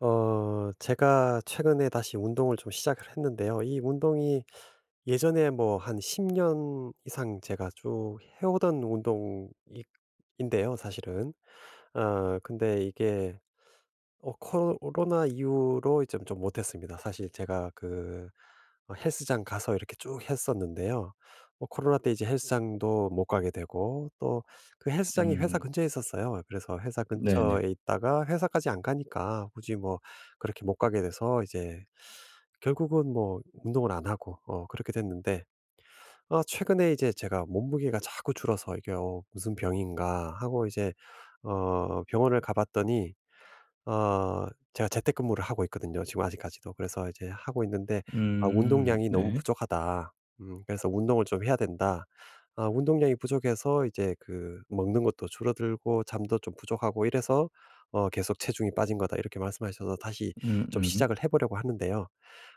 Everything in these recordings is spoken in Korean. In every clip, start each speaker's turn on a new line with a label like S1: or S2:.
S1: 제가 최근에 다시 운동을 좀 시작을 했는데요. 이 운동이 예전에 뭐 한 10년 이상 제가 쭉 해오던 운동 인데요, 사실은. 근데 이게 코로나 이후로 이제 좀 못했습니다. 사실 제가 그 헬스장 가서 이렇게 쭉 했었는데요. 뭐 코로나 때 이제 헬스장도 못 가게 되고, 또 그 헬스장이 회사
S2: 음.
S1: 근처에 있었어요. 그래서 회사
S2: 네네.
S1: 근처에 있다가 회사까지 안 가니까 굳이 뭐 그렇게 못 가게 돼서 이제 결국은 뭐 운동을 안 하고 그렇게 됐는데, 아 최근에 이제 제가 몸무게가 자꾸 줄어서 이게 '어 무슨 병인가.' 하고 이제 병원을 가 봤더니, 어 제가 재택근무를 하고 있거든요, 지금 아직까지도. 그래서 이제 하고 있는데 아
S2: 음.
S1: "운동량이 너무
S2: 네.
S1: 부족하다. 그래서 운동을 좀 해야 된다." 아 운동량이 부족해서 이제 그 먹는 것도 줄어들고 잠도 좀 부족하고 이래서 "계속 체중이 빠진 거다." 이렇게 말씀하셔서 다시
S2: 음음.
S1: 좀
S2: 음.
S1: 시작을 해 보려고 하는데요.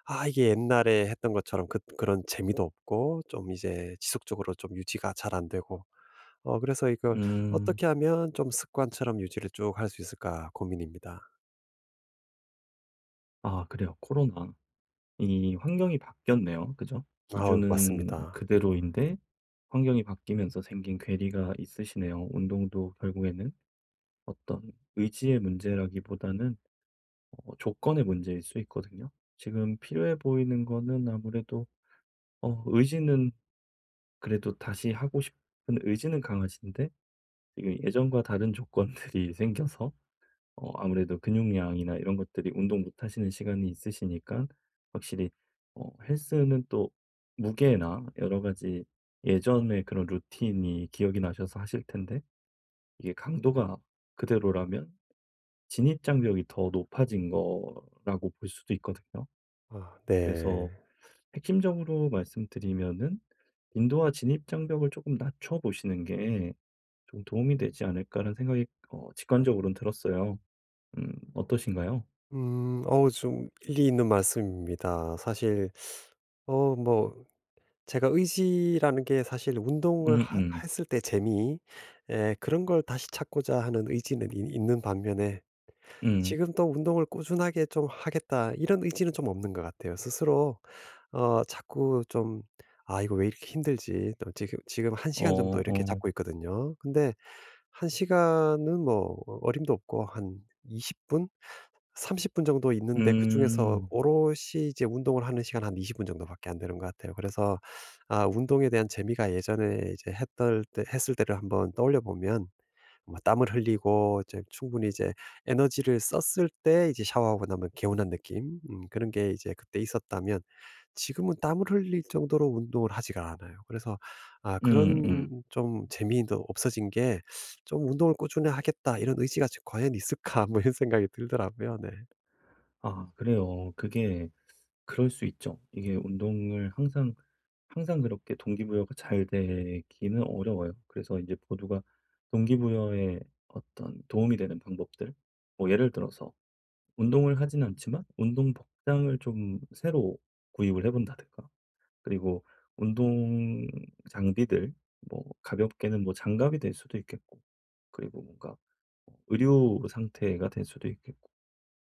S1: 아 이게 옛날에 했던 것처럼 그런 재미도 없고 좀 이제 지속적으로 좀 유지가 잘 안 되고 그래서 이걸
S2: 음.
S1: '어떻게 하면 좀 습관처럼 유지를 쭉 할 수 있을까?' 고민입니다.
S2: 아 그래요. 코로나. 이 환경이 바뀌었네요. 그죠?
S1: 아우,
S2: 기준은
S1: 맞습니다.
S2: 그대로인데 환경이 바뀌면서 생긴 괴리가 있으시네요. 운동도 결국에는 어떤 의지의 문제라기보다는 어 조건의 문제일 수 있거든요. 지금 필요해 보이는 거는 아무래도 어 의지는 그래도 다시 하고 싶은 의지는 강하신데 지금 예전과 다른 조건들이 생겨서 어 아무래도 근육량이나 이런 것들이 운동 못 하시는 시간이 있으시니까 확실히 어 헬스는 또 무게나 여러 가지 예전의 그런 루틴이 기억이 나셔서 하실 텐데 이게 강도가 그대로라면 진입장벽이 더 높아진 거라고 볼 수도 있거든요.
S1: 아 네.
S2: 그래서 핵심적으로 말씀드리면은 '빈도와 진입장벽을 조금 낮춰 보시는 게 좀 도움이 되지 않을까.'라는 생각이 어 직관적으로는 들었어요. 어떠신가요?
S1: 어우, 좀 일리 있는 말씀입니다. 사실 뭐 제가 의지라는 게, 사실 운동을 하
S2: 음음.
S1: 했을 때 재미 에 그런 걸 다시 찾고자 하는 의지는 있는 반면에,
S2: 음.
S1: 지금 또 '운동을 꾸준하게 좀 하겠다.' 이런 의지는 좀 없는 것 같아요. 스스로 자꾸 좀 '아 이거 왜 이렇게 힘들지?' 또 지금 한 시간 정도
S2: 어
S1: 이렇게
S2: 어.
S1: 잡고 있거든요. 근데 한 시간은 뭐 어림도 없고 한 20분, 30분 정도 있는데, 그중에서
S2: 음.
S1: 오롯이 이제 운동을 하는 시간 한 20분 정도밖에 안 되는 것 같아요. 그래서 아 운동에 대한 재미가, 예전에 이제 했던 때 했을 때를 한번 떠올려 보면 뭐 땀을 흘리고 이제 충분히 이제 에너지를 썼을 때 이제 샤워하고 나면 개운한 느낌, 그런 게 이제 그때 있었다면, 지금은 땀을 흘릴 정도로 운동을 하지가 않아요. 그래서 아
S2: 음음.
S1: 그런 좀 재미도 없어진 게, 좀 운동을 꾸준히 하겠다 이런 의지가 과연 있을까 뭐 이런 생각이 들더라고요. 네.
S2: 아 그래요. 그게 그럴 수 있죠. 이게 운동을 항상 그렇게 동기부여가 잘 되기는 어려워요. 그래서 이제 모두가 동기부여에 어떤 도움이 되는 방법들 뭐 예를 들어서 운동을 하진 않지만 운동 복장을 좀 새로 구입을 해 본다든가 그리고 운동 장비들 뭐 가볍게는 뭐 장갑이 될 수도 있겠고 그리고 뭔가 어 의료 상태가 될 수도 있겠고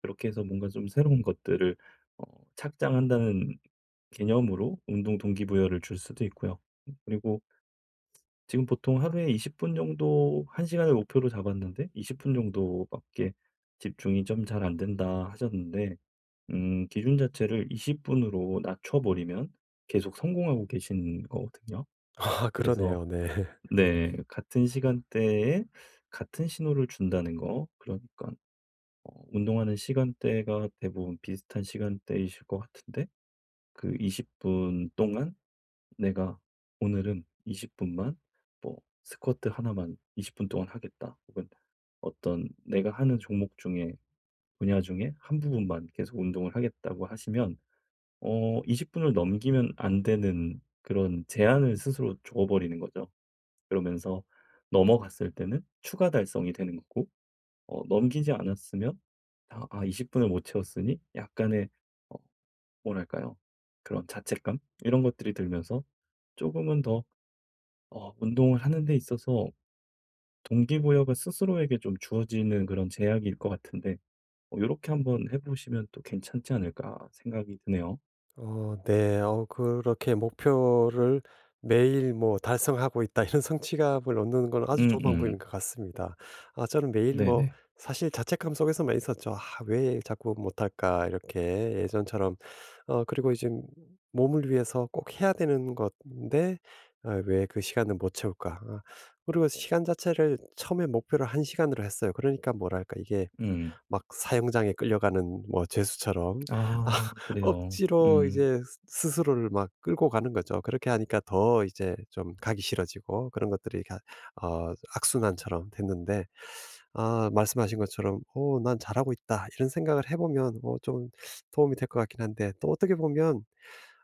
S2: 그렇게 해서 뭔가 좀 새로운 것들을 어 착장한다는 개념으로 운동 동기부여를 줄 수도 있고요. 그리고 지금 보통 하루에 20분 정도 1 시간을 목표로 잡았는데 20분 정도밖에 집중이 좀 잘 안 된다 하셨는데 기준 자체를 20 분으로 낮춰 버리면 계속 성공하고 계신 거거든요.
S1: 아,
S2: 그래서
S1: 그러네요. 네.
S2: 네 같은 시간대에 같은 신호를 준다는 거 그러니까 어 운동하는 시간대가 대부분 비슷한 시간대이실 것 같은데 그 20분 동안 내가 '오늘은 20 분만 뭐 스쿼트 하나만 20분 동안 하겠다.' 혹은 어떤 내가 하는 종목 중에 분야 중에 한 부분만 계속 운동을 하겠다고 하시면 어 20 분을 넘기면 안 되는 그런 제한을 스스로 줘버리는 거죠. 그러면서 넘어갔을 때는 추가 달성이 되는 거고 어 넘기지 않았으면 아 20 분을 못 채웠으니 약간의 어 뭐랄까요? 그런 자책감 이런 것들이 들면서 조금은 더 어 운동을 하는 데 있어서 동기부여가 스스로에게 좀 주어지는 그런 제약일 것 같은데 이렇게 한번 해 보시면 또 괜찮지 않을까 생각이 드네요.
S1: 어 네. 그렇게 목표를 매일 뭐 '달성하고 있다.' 이런 성취감을 얻는 건 아주 좋은 방법인
S2: 음음.
S1: 것 같습니다. 아 저는 매일 뭐
S2: 네네.
S1: 사실 자책감 속에서만 있었죠. '아 왜 자꾸 못할까.' 이렇게 예전처럼. 그리고 이제 몸을 위해서 꼭 해야 되는 건데 '아 왜 그 시간을 못 채울까.' 아, 그리고 시간 자체를 처음에 목표를 한 시간으로 했어요. 그러니까 뭐랄까 이게
S2: 음.
S1: 막 사형장에 끌려가는 뭐 죄수처럼 아
S2: 아 그래요.
S1: 억지로
S2: 음.
S1: 이제 스 스스로를 막 끌고 가는 거죠. 그렇게 하니까 더 이제 좀 가기 싫어지고, 그런 것들이 가 어 악순환처럼 됐는데 아 말씀하신 것처럼 '오 난 잘하고 있다.' 이런 생각을 해 보면 좀 도움이 될 것 같긴 한데, 또 어떻게 보면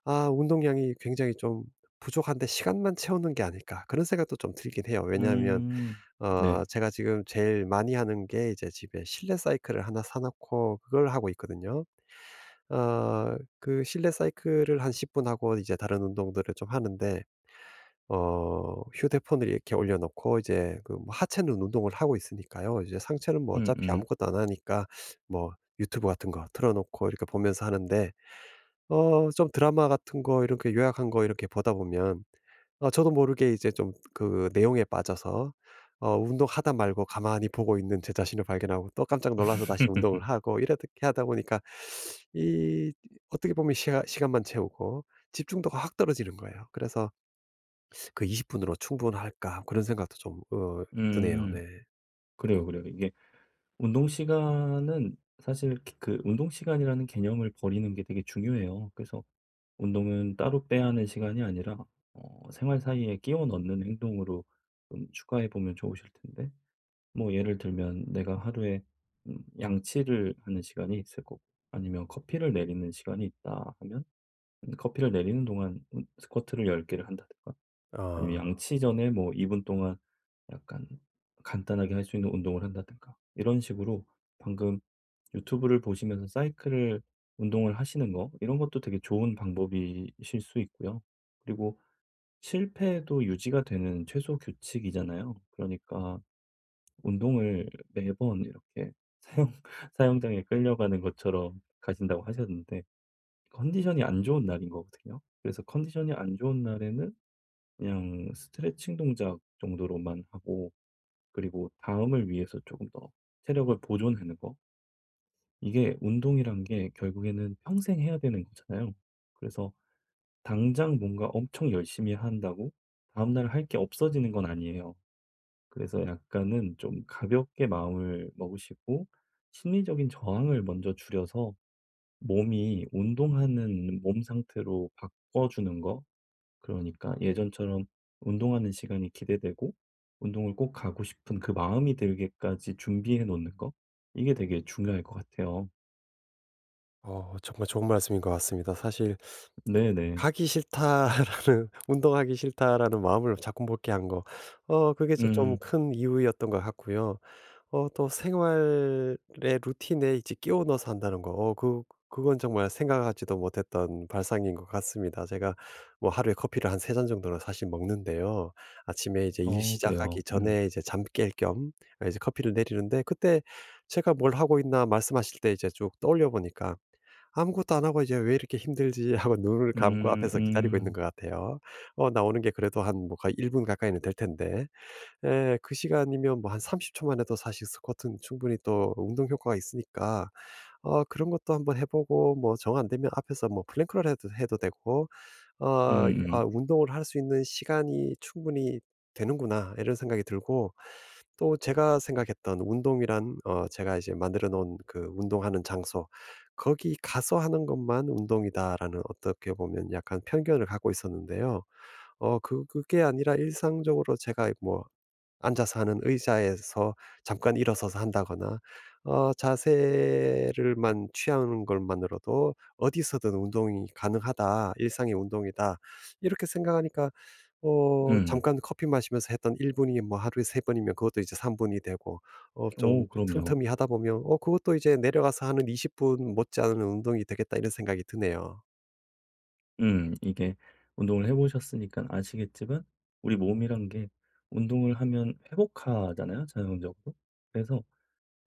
S1: '아 운동량이 굉장히 좀 부족한데 시간만 채우는 게 아닐까.' 그런 생각도 좀 들긴 해요. 왜냐하면
S2: 음. 네.
S1: 제가 지금 제일 많이 하는 게 이제 집에 실내 사이클을 하나 사 놓고 그걸 하고 있거든요. 그 실내 사이클을 한 10분 하고, 이제 다른 운동들을 좀 하는데 휴대폰을 이렇게 올려 놓고, 이제 그뭐 하체는 운동을 하고 있으니까요. 이제 상체는 뭐
S2: 음음.
S1: 어차피
S2: 음.
S1: 아무것도 안 하니까 뭐 유튜브 같은 거 틀어 놓고 이렇게 보면서 하는데, 좀 드라마 같은 거 이렇게 요약한 거 이렇게 보다 보면 저도 모르게 이제 좀 그 내용에 빠져서, 운동하다 말고 가만히 보고 있는 제 자신을 발견하고 또 깜짝 놀라서 다시 운동을 하고, 이렇게 하다 보니까 이 어떻게 보면 시간만 채우고 집중도가 확 떨어지는 거예요. 그래서 '그 20 분으로 충분할까?' 그런 생각도 좀 드네요.
S2: 음.
S1: 네.
S2: 그래요, 그래요. 이게 운동 시간은 사실 그 운동 시간이라는 개념을 버리는 게 되게 중요해요. 그래서 운동은 따로 빼야 하는 시간이 아니라 어, 생활 사이에 끼워 넣는 행동으로 좀 추가해 보면 좋으실 텐데, 뭐 예를 들면 내가 하루에 양치를 하는 시간이 있을 거고, 아니면 커피를 내리는 시간이 있다 하면 커피를 내리는 동안 스쿼트를 10개를 한다든가, 아니면
S1: 아.
S2: 양치 전에 뭐 2분 동안 약간 간단하게 할 수 있는 운동을 한다든가 이런 식으로 방금 유튜브를 보시면서 사이클을 운동을 하시는 거 이런 것도 되게 좋은 방법이실 수 있고요. 그리고 실패도 유지가 되는 최소 규칙이잖아요. 그러니까 운동을 매번 이렇게 사용 사용장에 끌려가는 것처럼 가신다고 하셨는데 컨디션이 안 좋은 날인 거거든요. 그래서 컨디션이 안 좋은 날에는 그냥 스트레칭 동작 정도로만 하고 그리고 다음을 위해서 조금 더 체력을 보존하는 거. 이게 운동이란 게 결국에는 평생 해야 되는 거잖아요. 그래서 당장 뭔가 엄청 열심히 한다고 다음날 할 게 없어지는 건 아니에요. 그래서 약간은 좀 가볍게 마음을 먹으시고 심리적인 저항을 먼저 줄여서 몸이 운동하는 몸 상태로 바꿔주는 거 그러니까 예전처럼 운동하는 시간이 기대되고 운동을 꼭 가고 싶은 그 마음이 들게까지 준비해 놓는 거 이게 되게 중요할 것 같아요.
S1: 정말 좋은 말씀인 것 같습니다. 사실
S2: 네네.
S1: 가기 싫다라는 운동하기 싫다라는 마음을 자꾸 먹게 한 거, 그게 좀
S2: 음.
S1: 큰 이유였던 것 같고요. 또 생활의 루틴에 이제 끼워 넣어서 한다는 거, 그건 정말 생각하지도 못했던 발상인 것 같습니다. 제가 뭐 하루에 커피를 한 3잔 정도는 사실 먹는데요. 아침에 이제 일
S2: 어 그래요.
S1: 시작하기
S2: 음.
S1: 전에 이제 잠 깰 겸 아 이제 커피를 내리는데, 그때 제가 '뭘 하고 있나.' 말씀하실 때 이제 쭉 떠올려 보니까 '아무것도 안 하고 이제 왜 이렇게 힘들지.' 하고 눈을 감고
S2: 음
S1: 앞에서 기다리고 있는
S2: 음.
S1: 것 같아요. 나오는 게 그래도 한 뭐 거의 1분 가까이는 될 텐데. 예. 그 시간이면 뭐 한 30초만 해도 사실 스쿼트는 충분히 또 운동 효과가 있으니까 그런 것도 한번 해 보고, 뭐 정 안 되면 앞에서 뭐 플랭크를 해도 되고. 어
S2: 음음.
S1: 아
S2: 음.
S1: '운동을 할 수 있는 시간이 충분히 되는구나.' 이런 생각이 들고, 또 제가 생각했던 운동이란 제가 이제 만들어 놓은 그 운동하는 장소, '거기 가서 하는 것만 운동이다.'라는, 어떻게 보면 약간 편견을 갖고 있었는데요. 그게 아니라 일상적으로 제가 뭐 앉아서 하는 의자에서 잠깐 일어서서 한다거나 자세를만 취하는 것만으로도 '어디서든 운동이 가능하다. 일상의 운동이다.' 이렇게 생각하니까
S2: 음.
S1: 잠깐 커피 마시면서 했던 1분이, 뭐 하루에 3번이면 그것도 이제 3분이 되고 좀
S2: 오 그럼요.
S1: 틈틈이 하다 보면 그것도 이제 내려가서 하는 20분 못지않은 운동이 되겠다, 이런 생각이 드네요.
S2: 음. 이게 운동을 해보셨으니까 아시겠지만 우리 몸이란 게 운동을 하면 회복하잖아요, 자연적으로. 그래서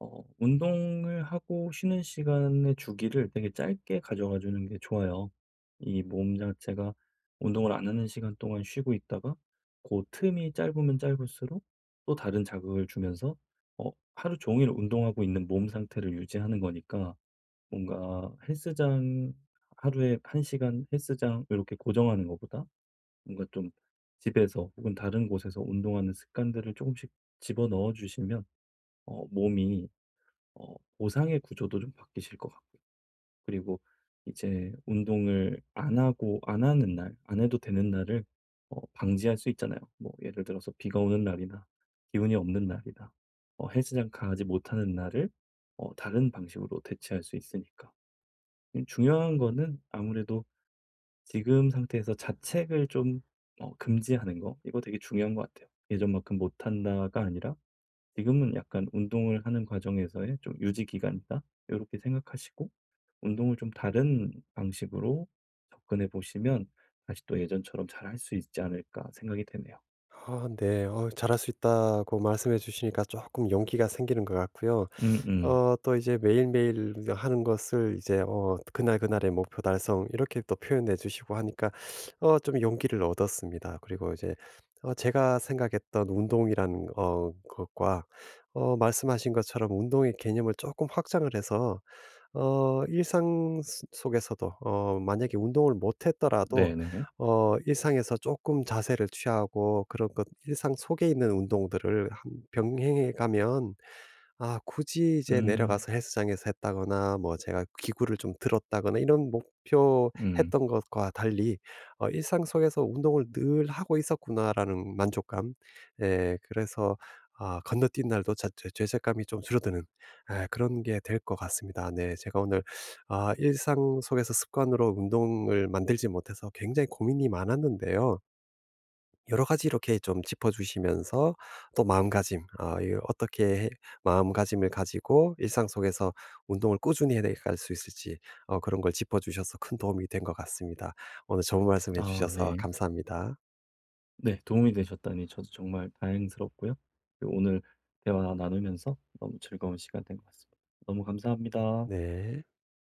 S2: 어 운동을 하고 쉬는 시간의 주기를 되게 짧게 가져가 주는 게 좋아요. 이 몸 자체가 운동을 안 하는 시간 동안 쉬고 있다가 그 틈이 짧으면 짧을수록 또 다른 자극을 주면서 어 하루 종일 운동하고 있는 몸 상태를 유지하는 거니까 뭔가 헬스장 하루에 1 시간 헬스장 이렇게 고정하는 것보다 뭔가 좀 집에서 혹은 다른 곳에서 운동하는 습관들을 조금씩 집어넣어 주시면 어 몸이 어 보상의 구조도 좀 바뀌실 것 같고요. 그리고 이제 운동을 안 하고 안 하는 날, 안 해도 되는 날을 어 방지할 수 있잖아요. 뭐 예를 들어서 비가 오는 날이나 기운이 없는 날이나 어 헬스장 가지 못하는 날을 어 다른 방식으로 대체할 수 있으니까. 중요한 거는 아무래도 지금 상태에서 자책을 좀 어 금지하는 거. 이거 되게 중요한 것 같아요. '예전만큼 못 한다.'가 아니라 지금은 약간 운동을 하는 과정에서의 좀 유지 기간이다. 이렇게 생각하시고 운동을 좀 다른 방식으로 접근해 보시면 다시 또 예전처럼 잘할 수 있지 않을까 생각이 되네요.
S1: 아 네. 잘할 수 있다고 말씀해 주시니까 조금 용기가 생기는 것 같고요.
S2: 음음.
S1: 또 이제 매일매일 하는 것을 이제 그날그날의 목표 달성 이렇게 또 표현해 주시고 하니까 좀 용기를 얻었습니다. 그리고 이제 제가 생각했던 운동이라는 것과, 말씀하신 것처럼 운동의 개념을 조금 확장을 해서 일상 스 속에서도 만약에 운동을 못 했더라도
S2: 네네.
S1: 일상에서 조금 자세를 취하고 그런 것, 일상 속에 있는 운동들을 한 병행해 가면, 아 굳이 이제
S2: 음.
S1: 내려가서 헬스장에서 했다거나 뭐 제가 기구를 좀 들었다거나 이런
S2: 음.
S1: 목표했던 것과 달리 '일상 속에서 운동을 늘 하고 있었구나.'라는 만족감, 예 그래서 아 건너뛴 날도 자 죄 죄책감이 좀 줄어드는, 예 그런 게 될 것 같습니다. 네, 제가 오늘 아 일상 속에서 습관으로 운동을 만들지 못해서 굉장히 고민이 많았는데요. 여러 가지 이렇게 좀 짚어 주시면서 또 마음가짐 아 이 어떻게 해 마음가짐을 가지고 일상 속에서 운동을 꾸준히 해 나갈 수 있을지 그런 걸 짚어 주셔서 큰 도움이 된 것 같습니다. 오늘 좋은 말씀해
S2: 아
S1: 주셔서
S2: 네.
S1: 감사합니다.
S2: 네 도움이 되셨다니 저도 정말 다행스럽고요. 그리고 오늘 대화 나누면서 너무 즐거운 시간 된 것 같습니다. 너무 감사합니다.
S1: 네.